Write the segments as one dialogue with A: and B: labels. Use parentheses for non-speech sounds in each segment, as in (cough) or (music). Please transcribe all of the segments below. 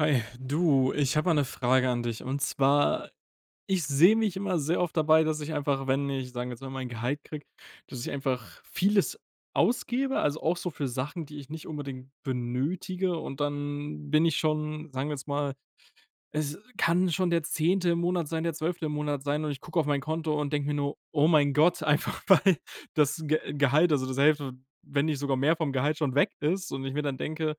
A: Hi, du, ich habe mal eine Frage an dich. Und zwar, ich sehe mich immer sehr oft dabei, dass ich einfach, wenn ich, sagen wir jetzt mal, mein Gehalt kriege, dass ich einfach vieles ausgebe, also auch so für Sachen, die ich nicht unbedingt benötige. Und dann bin ich schon, sagen wir jetzt mal, es kann schon der 10. im Monat sein, der 12. im Monat sein und ich gucke auf mein Konto und denke mir nur: „Oh mein Gott", (laughs) einfach weil das Ge Gehalt, also das Hälfte, wenn nicht sogar mehr vom Gehalt schon weg ist und ich mir dann denke: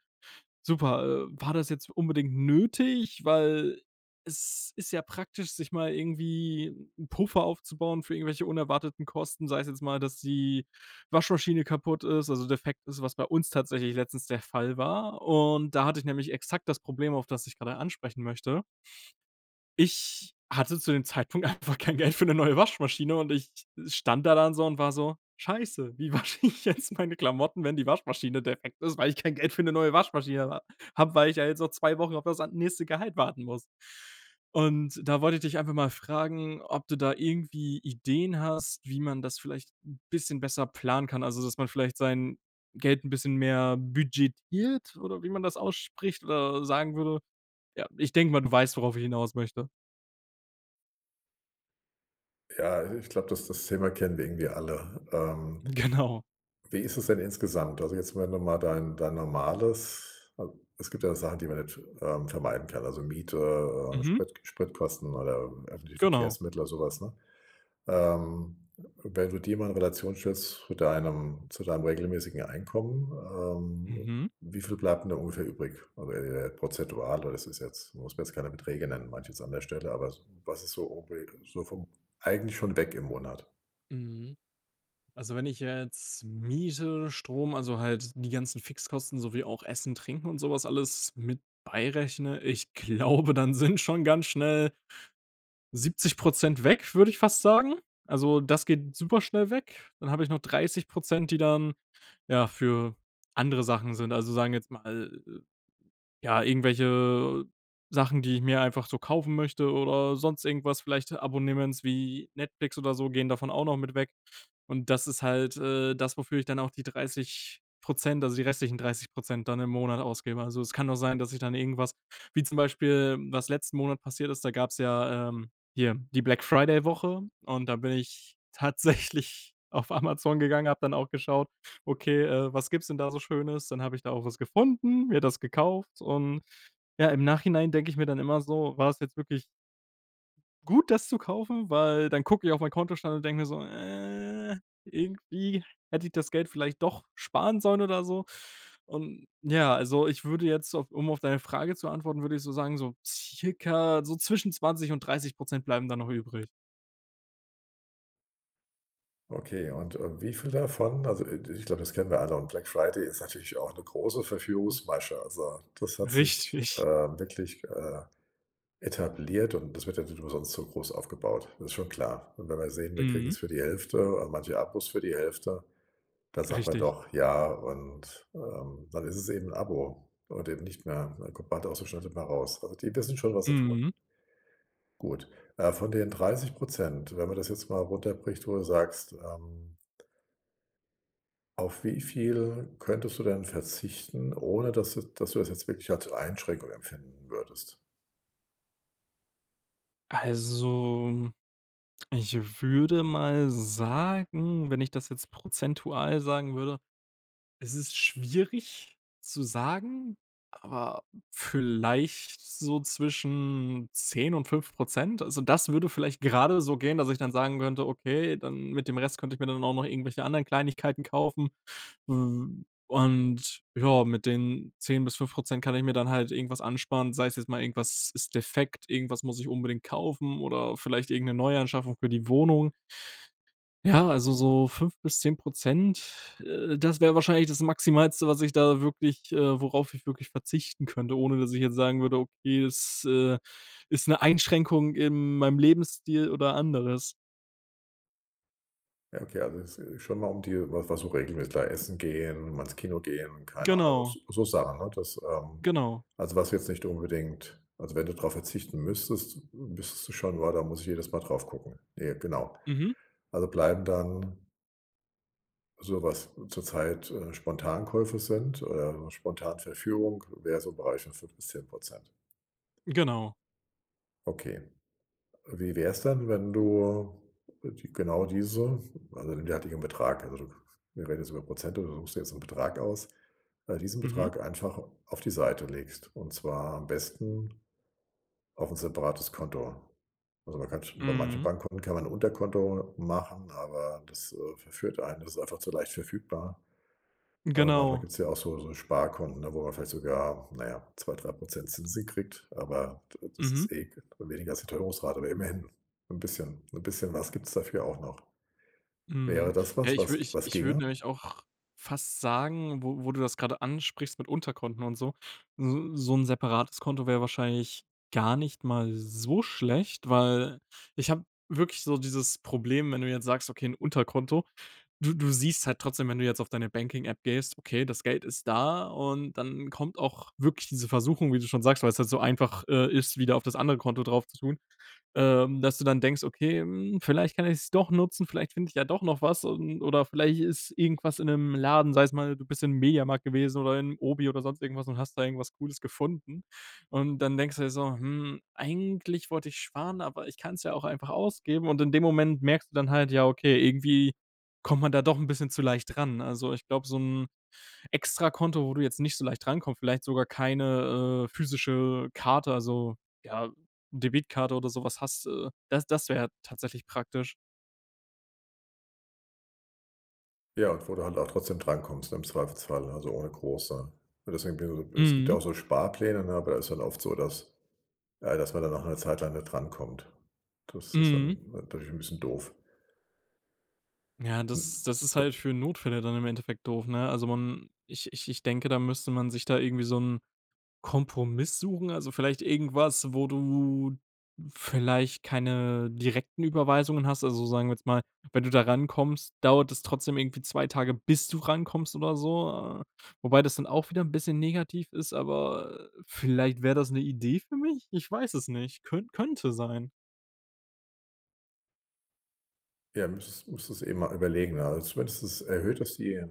A: Super, war das jetzt unbedingt nötig? Weil es ist ja praktisch, sich mal irgendwie 'n Puffer aufzubauen für irgendwelche unerwarteten Kosten, sei es jetzt mal, dass die Waschmaschine kaputt ist, also defekt ist, was bei uns tatsächlich letztens der Fall war. Und da hatte ich nämlich exakt das Problem, auf das ich gerade ansprechen möchte. Ich hatte zu dem Zeitpunkt (laughs) einfach kein Geld für 'ne neue Waschmaschine und ich stand da dann so und war so: „Scheiße, wie (laughs) wasche ich jetzt meine Klamotten, wenn die Waschmaschine defekt ist, weil ich kein Geld für 'ne neue Waschmaschine ha habe, weil ich ja jetzt noch 2 Wochen auf das an nächste Gehalt warten muss?" Und da wollte ich dich einfach mal fragen, ob du da irgendwie Ideen hast, wie man das vielleicht 'n bisschen besser planen kann? Also, dass man vielleicht sein Geld 'n bisschen mehr budgetiert oder wie man das ausspricht oder sagen würde? Ja, ich denke mal, du weißt, worauf ich hinaus möchte.
B: Ja, ich glaube, das Thema kennen wir irgendwie alle.
A: Genau.
B: Wie ist es denn insgesamt? Also, jetzt, wenn du mal dein normales al es gibt ja Sachen, die man nicht, vermeiden kann, also Miete,
A: Mhm.
B: Spritkosten oder öffentliche
A: Genau.
B: Verkehrsmittel oder sowas, ne? Ähm, Wenn du die mal in Relation stellst zu deinem regelmäßigen Einkommen, ähm,
A: Mhm.
B: wie viel bleibt denn da ungefähr übrig? Also, prozentual, oder das ist jetzt muss mir jetzt keine Beträge nennen, meinte jetzt an der Stelle, aber was ist so ungefähr so vom eigentlich schon weg im Monat?
A: Mhm. Also, wenn ich jetzt Miete, Strom, also halt die ganzen Fixkosten sowie auch Essen, Trinken und sowas alles mit beirechne, ich glaube, dann sind schon ganz schnell 70% weg, würde ich fast sagen. Also, das geht super schnell weg. Dann habe ich noch 30%, die dann, ja, für andere Sachen sind. Also, sagen jetzt mal, ja, irgendwelche Sachen, die ich mir einfach so kaufen möchte oder sonst irgendwas, vielleicht Abonnements wie Netflix oder so gehen davon auch noch mit weg. Und das ist halt, das, wofür ich dann auch die 30%, also die restlichen 30% dann im Monat ausgebe. Also, es kann doch sein, dass ich dann irgendwas, wie zum Beispiel, was letzten Monat passiert ist, da gab's ja, hier die Black-Friday-Woche und da bin ich tatsächlich (laughs) auf Amazon gegangen, habe dann auch geschaut: Okay, was gibt's denn da so Schönes? Dann habe ich da auch was gefunden, mir das gekauft und ja, im Nachhinein denke ich mir dann immer so: „War es jetzt wirklich gut, das zu kaufen?" Weil dann gucke ich auf meinen Kontostand und denke mir so: irgendwie hätte ich das Geld vielleicht doch sparen sollen oder so." Und ja, also, ich würde jetzt auf deine Frage zu antworten, würde ich so sagen, so circa so zwischen 20 und 30% bleiben da noch übrig.
B: Okay, und, wie viel davon also, ich glaube, das kennen wir alle, und Black Friday ist natürlich auch eine große
A: Hm,
B: Verführungsmasche. Also, das hat sich,
A: richtig.
B: wirklich, etabliert, und das wird ja nicht umsonst so groß aufgebaut. Das ist schon klar. Und wenn wir sehen, wir kriegen
A: Mhm,
B: es für die Hälfte und manche Abos für die Hälfte, dann sagt man
A: richtig.
B: doch: „Ja“, und, dann ist es eben ein Abo und eben nicht mehr, ne, kommt bald aus der Schnelle mal raus. Also, die wissen schon, was sie tun.
A: Mhm.
B: Gut, von den 30, wenn man das jetzt mal runterbricht, wo du sagst, auf wie viel könntest du denn verzichten, ohne dass du das jetzt wirklich als Einschränkung empfinden würdest?
A: Also, ich würde mal sagen, wenn ich das jetzt prozentual sagen würde, es ist schwierig zu sagen, aber vielleicht so zwischen 10 und 5%. Also, das würde vielleicht gerade so gehen, dass ich dann sagen könnte: „Okay, dann mit dem Rest könnte ich mir dann auch noch irgendwelche anderen Kleinigkeiten kaufen." Hm, und ja, mit den 10 bis 5% kann ich mir dann halt irgendwas ansparen, sei es jetzt mal irgendwas ist defekt, irgendwas muss ich unbedingt kaufen oder vielleicht irgendeine Neuanschaffung für die Wohnung. Ja, also so 5 bis 10, das wäre wahrscheinlich das Maximalste, was ich da wirklich, worauf ich wirklich verzichten könnte, ohne dass ich jetzt sagen würde: „Okay, es, ist eine Einschränkung in meinem Lebensstil oder anderes."
B: Ja, okay, also es ist schon mal um die was so regelmäßig klar, essen gehen, mal ins Kino gehen, keine Ahnung, also
A: Genau,
B: so Sachen, ne? Das,
A: genau.
B: also was jetzt nicht unbedingt, also wenn du darauf verzichten müsstest, wüsstest du schon: weil da muss ich jedes Mal drauf gucken. Nee, genau.
A: Mhm,
B: Also bleiben dann so was zurzeit, Spontankäufe sind oder spontanverführung, wäre so im Bereich von 5 bis 10.
A: genau.
B: Okay. Wie wär's denn, wenn du die genau diese also den derartigen Betrag, also du wir reden jetzt über Prozente, du suchst dir jetzt einen Betrag aus, diesen
A: Mhm,
B: Betrag einfach auf die Seite legst, und zwar am besten auf ein separates Konto. Also, man kann bei manchen
A: mhm,
B: Bankkonten kann man ein Unterkonto machen, aber das, verführt einen. Das ist einfach zu leicht verfügbar. Manchmal
A: genau.
B: gibt es ja auch so Sparkonten, ne, wo man vielleicht sogar, na ja, 3% Zinsen kriegt, aber d das
A: Mhm.
B: ist eh weniger als die Teuerungsrate, aber immerhin ein bisschen was gibt es dafür auch noch.
A: Mhm.
B: Wäre das
A: Ja,
B: was,
A: ich
B: was
A: würde ich
B: was
A: ich würde
B: ginge?
A: nämlich auch fast sagen, wo du das gerade ansprichst mit Unterkonten und so, so 'n separates Konto wäre wahrscheinlich gar nicht mal so schlecht, weil ich habe wirklich so dieses Problem, wenn du jetzt sagst: „Okay, ein Unterkonto", du siehst halt trotzdem, wenn du jetzt auf deine Banking-App gehst, okay, das Geld ist da und dann kommt auch wirklich diese Versuchung, wie du schon sagst, weil es halt so einfach, ist, wieder auf das andere Konto drauf zu tun. Dass du dann denkst: „Okay, hm, vielleicht kann ich es doch nutzen, vielleicht finde ich ja doch noch was und oder vielleicht ist irgendwas in einem Laden, sei es mal, du bist im Mediamarkt gewesen oder im Obi oder sonst irgendwas und hast da irgendwas Cooles gefunden." Und dann denkst du dir so: „Hm, eigentlich wollte ich sparen, aber ich kann es ja auch einfach ausgeben." Und in dem Moment merkst du dann halt: „Ja, okay, irgendwie kommt man da doch ein bisschen zu leicht ran." Also, ich glaube, so 'n Extrakonto, wo du jetzt nicht so leicht rankommst, vielleicht sogar keine, physische Karte, also, ja, Debitkarte oder sowas hast, das wäre tatsächlich praktisch.
B: Ja, und wo du halt auch trotzdem drankommst, ne, im Zweifelsfall, also ohne große, und deswegen bin ich so, es gibt ja
A: Mhm,
B: auch so Sparpläne, ne, aber da ist dann oft so, dass dass man dann nach einer Zeit lang nicht drankommt. Das ist
A: mhm.
B: dann natürlich ein bisschen doof.
A: Ja,
B: Hm.
A: das ist halt für Notfälle dann im Endeffekt doof, ne? Also, man, ich denke, da müsste man sich da irgendwie so ein Kompromiss suchen? Also, vielleicht irgendwas, wo du vielleicht keine direkten Überweisungen hast? Also, sagen wir jetzt mal, wenn du da rankommst, dauert es trotzdem irgendwie 2 Tage, bis du rankommst oder so, wobei das dann auch wieder ein bisschen negativ ist, aber vielleicht wäre das eine Idee für mich? Ich weiß es nicht. Könnte sein.
B: Ja, müsstest du eben mal überlegen. Also zumindest es erhöht das die,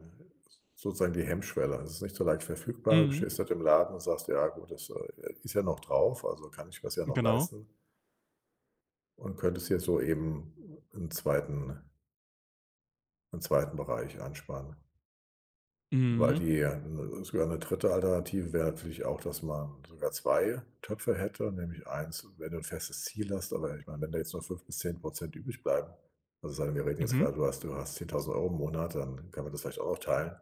B: sozusagen die Hemmschwelle. Es ist nicht so leicht verfügbar. Du
A: Mhm,
B: stehst halt im Laden und sagst: „Ja gut, das, ist ja noch drauf, also kann ich mir's ja noch
A: genau.
B: leisten“, und könntest hier so eben 'n zweiten Bereich ansparen. Weil
A: Mhm,
B: die sogar eine dritte Alternative wäre natürlich auch, dass man sogar 2 Töpfe hätte, nämlich eins, wenn du ein festes Ziel hast, aber ich meine, wenn da jetzt nur 5 bis 10% übrig bleiben, also sagen wir reden jetzt
A: mhm,
B: gerade, du hast 10.000 Euro im Monat, dann kann man das vielleicht auch noch teilen.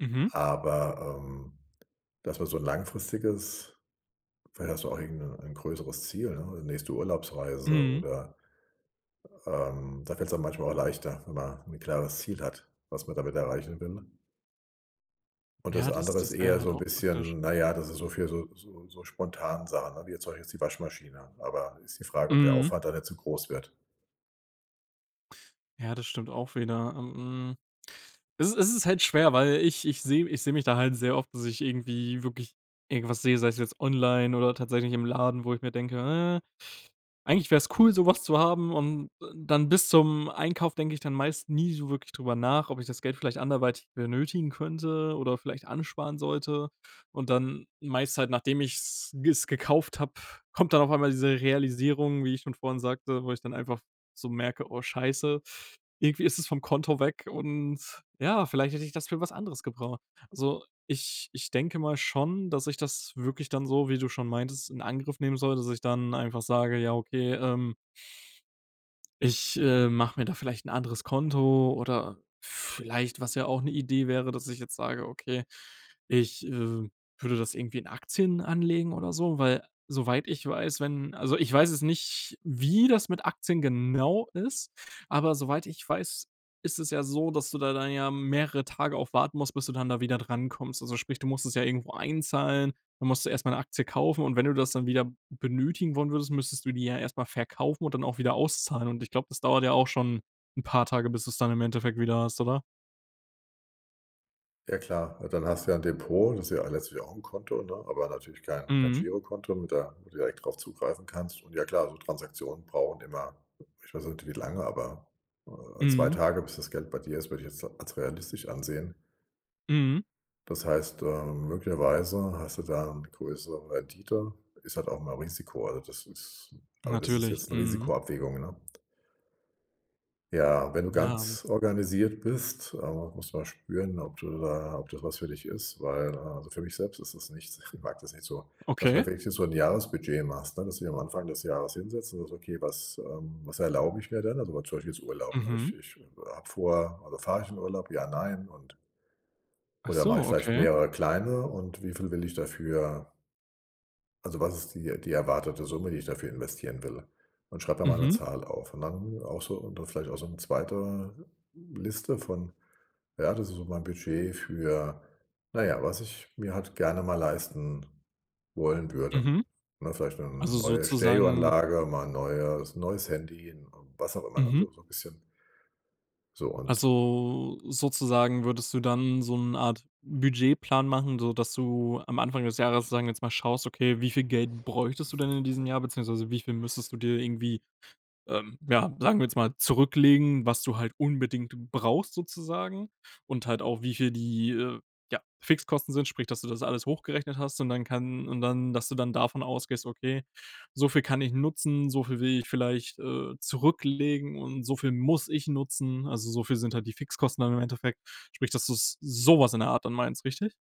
A: mhm,
B: Aber, dass man so ein langfristiges, vielleicht hast du auch irgend ein größeres Ziel, ne, eine nächste Urlaubsreise
A: mhm.
B: oder, da fällt es dann manchmal auch leichter, wenn man ein klares Ziel hat, was man damit erreichen will. Und
A: Ja,
B: das
A: das
B: andere ist
A: das wäre
B: eher
A: halt
B: so ein
A: auch praktisch.
B: bisschen, na ja, das ist so viel so spontanen Sachen, ne, wie jetzt zum Beispiel jetzt die Waschmaschine. Aber ist die Frage, ob der
A: Mhm.
B: Aufwand dann nicht zu groß wird.
A: Ja, das stimmt auch wieder. Es ist halt schwer, weil ich sehe mich da halt sehr oft, dass ich irgendwie wirklich irgendwas sehe, sei es jetzt online oder tatsächlich im Laden, wo ich mir denke: eigentlich wäre es cool, sowas zu haben und dann bis zum Einkauf denke ich dann meist nie so wirklich drüber nach, ob ich das Geld vielleicht anderweitig benötigen könnte oder vielleicht ansparen sollte. Und dann meist halt, nachdem ich es gekauft habe, kommt dann auf einmal diese Realisierung, wie ich schon vorhin sagte, wo ich dann einfach so merke: „Oh scheiße, irgendwie ist es vom Konto weg und ja, vielleicht hätte ich das für was anderes gebraucht." Also, ich denke mal schon, dass ich das wirklich dann so, wie du schon meintest, in Angriff nehmen soll, dass ich dann einfach sage: „Ja, okay, ich, mache mir da vielleicht ein anderes Konto oder vielleicht, was ja auch eine Idee wäre, dass ich jetzt sage: „Okay, ich, würde das irgendwie in Aktien anlegen oder so", weil soweit ich weiß, wenn also, ich weiß es nicht, wie das mit Aktien genau ist, aber soweit ich weiß, ist es ja so, dass du da dann ja mehrere Tage auch warten musst, bis du dann da wieder drankommst. Also, sprich, du musst es ja irgendwo einzahlen. Dann musst du erst mal 'ne Aktie kaufen und wenn du das dann wieder benötigen wollen würdest, müsstest du die ja erst mal verkaufen und dann auch wieder auszahlen und ich glaube, das dauert ja auch schon 'n paar Tage, bis du's dann im Endeffekt wieder hast, oder?
B: Ja klar, dann hast du ja ein Depot, das ist ja letztlich auch ein Konto, ne, aber natürlich kein
A: Mhm,
B: Girokonto, mit der wo du direkt drauf zugreifen kannst. Und ja klar, so Transaktionen brauchen immer, ich weiß nicht, wie lange, aber, 2
A: mhm,
B: Tage, bis das Geld bei dir ist, würde ich jetzt als realistisch ansehen.
A: mhm,
B: Das heißt, möglicherweise hast du da 'ne größere Rendite. Ist halt auch mal Risiko. Also, das ist, aber das ist
A: natürlich,
B: jetzt eine
A: mhm.
B: Risikoabwägung, ne? Ja, wenn du
A: Ja,
B: ganz organisiert bist, musst du mal spüren, ob du da, ob das was für dich ist, weil, also, für mich selbst ist das nicht. (laughs) Ich mag das nicht so, dass
A: okay.
B: man wirklich so ein Jahresbudget machst, ne, dass du am Anfang des Jahres hinsetzt und sagst: „Okay, was, was erlaube ich mir denn?“ Also, zum Beispiel jetzt Urlaub, ne?
A: Mhm.
B: Ich habe vor, also, fahre ich in Urlaub? Ja, nein. Und
A: Ach
B: oder
A: so,
B: mache ich vielleicht
A: okay.
B: mehrere kleine, und wie viel will ich dafür, also, was ist die erwartete Summe, die ich dafür investieren will? Und schreibe mir mal eine
A: Mhm,
B: Zahl auf, und dann auch so, und dann vielleicht auch so eine zweite Liste von, ja, das ist so mein Budget für, naja, was ich mir halt gerne mal leisten wollen würde.
A: mhm.
B: Ne, vielleicht eine
A: Also
B: neue
A: sozusagen,
B: Stereoanlage, mal 'n neues Handy, was auch immer, ne,
A: mhm.
B: so ein bisschen. So und
A: Also, sozusagen würdest du dann so eine Art Budgetplan machen, so dass du am Anfang des Jahres, sagen wir jetzt mal, schaust, okay, wie viel Geld bräuchtest du denn in diesem Jahr, beziehungsweise wie viel müsstest du dir irgendwie, ja, sagen wir jetzt mal, zurücklegen, was du halt unbedingt brauchst sozusagen und halt auch, wie viel die, ja, Fixkosten sind, sprich, dass du das alles hochgerechnet hast und dann kann und dann dass du dann davon ausgehst: „Okay, so viel kann ich nutzen, so viel will ich vielleicht, zurücklegen und so viel muss ich nutzen." Also, so viel sind halt die Fixkosten dann im Endeffekt. Sprich, dass du so was in der Art dann meinst, richtig?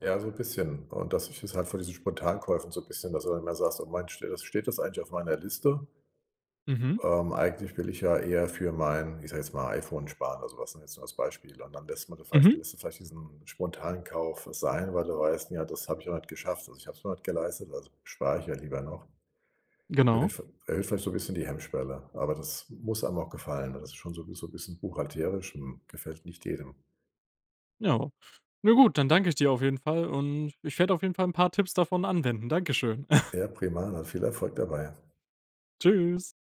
B: ja, so 'n bisschen. Und das ist jetzt halt von diesen Spontankäufen so 'n bisschen, dass du dann immer sagst: „Oh mein, steht das eigentlich auf meiner Liste?
A: Mhm,
B: Eigentlich will ich ja eher für mein“ – ich sage jetzt mal, iPhone sparen. Also was, ne, jetzt nur als Beispiel. Und dann
A: mhm,
B: lässt du vielleicht diesen spontanen Kauf sein, weil du weißt: „Ja, das habe ich noch nicht geschafft. Also, ich habe es noch nicht geleistet, also spare ich ja lieber noch.“
A: genau,
B: Erhöht erhöht vielleicht so 'n bisschen die Hemmschwelle, aber das muss einem auch gefallen. Das ist schon so 'n bisschen buchhalterisch und gefällt nicht jedem.
A: ja. Na gut, dann danke ich dir auf jeden Fall und ich werde auf jeden Fall ein paar Tipps davon anwenden. Dankeschön.
B: Ja, prima, dann viel Erfolg dabei.
A: Tschüss.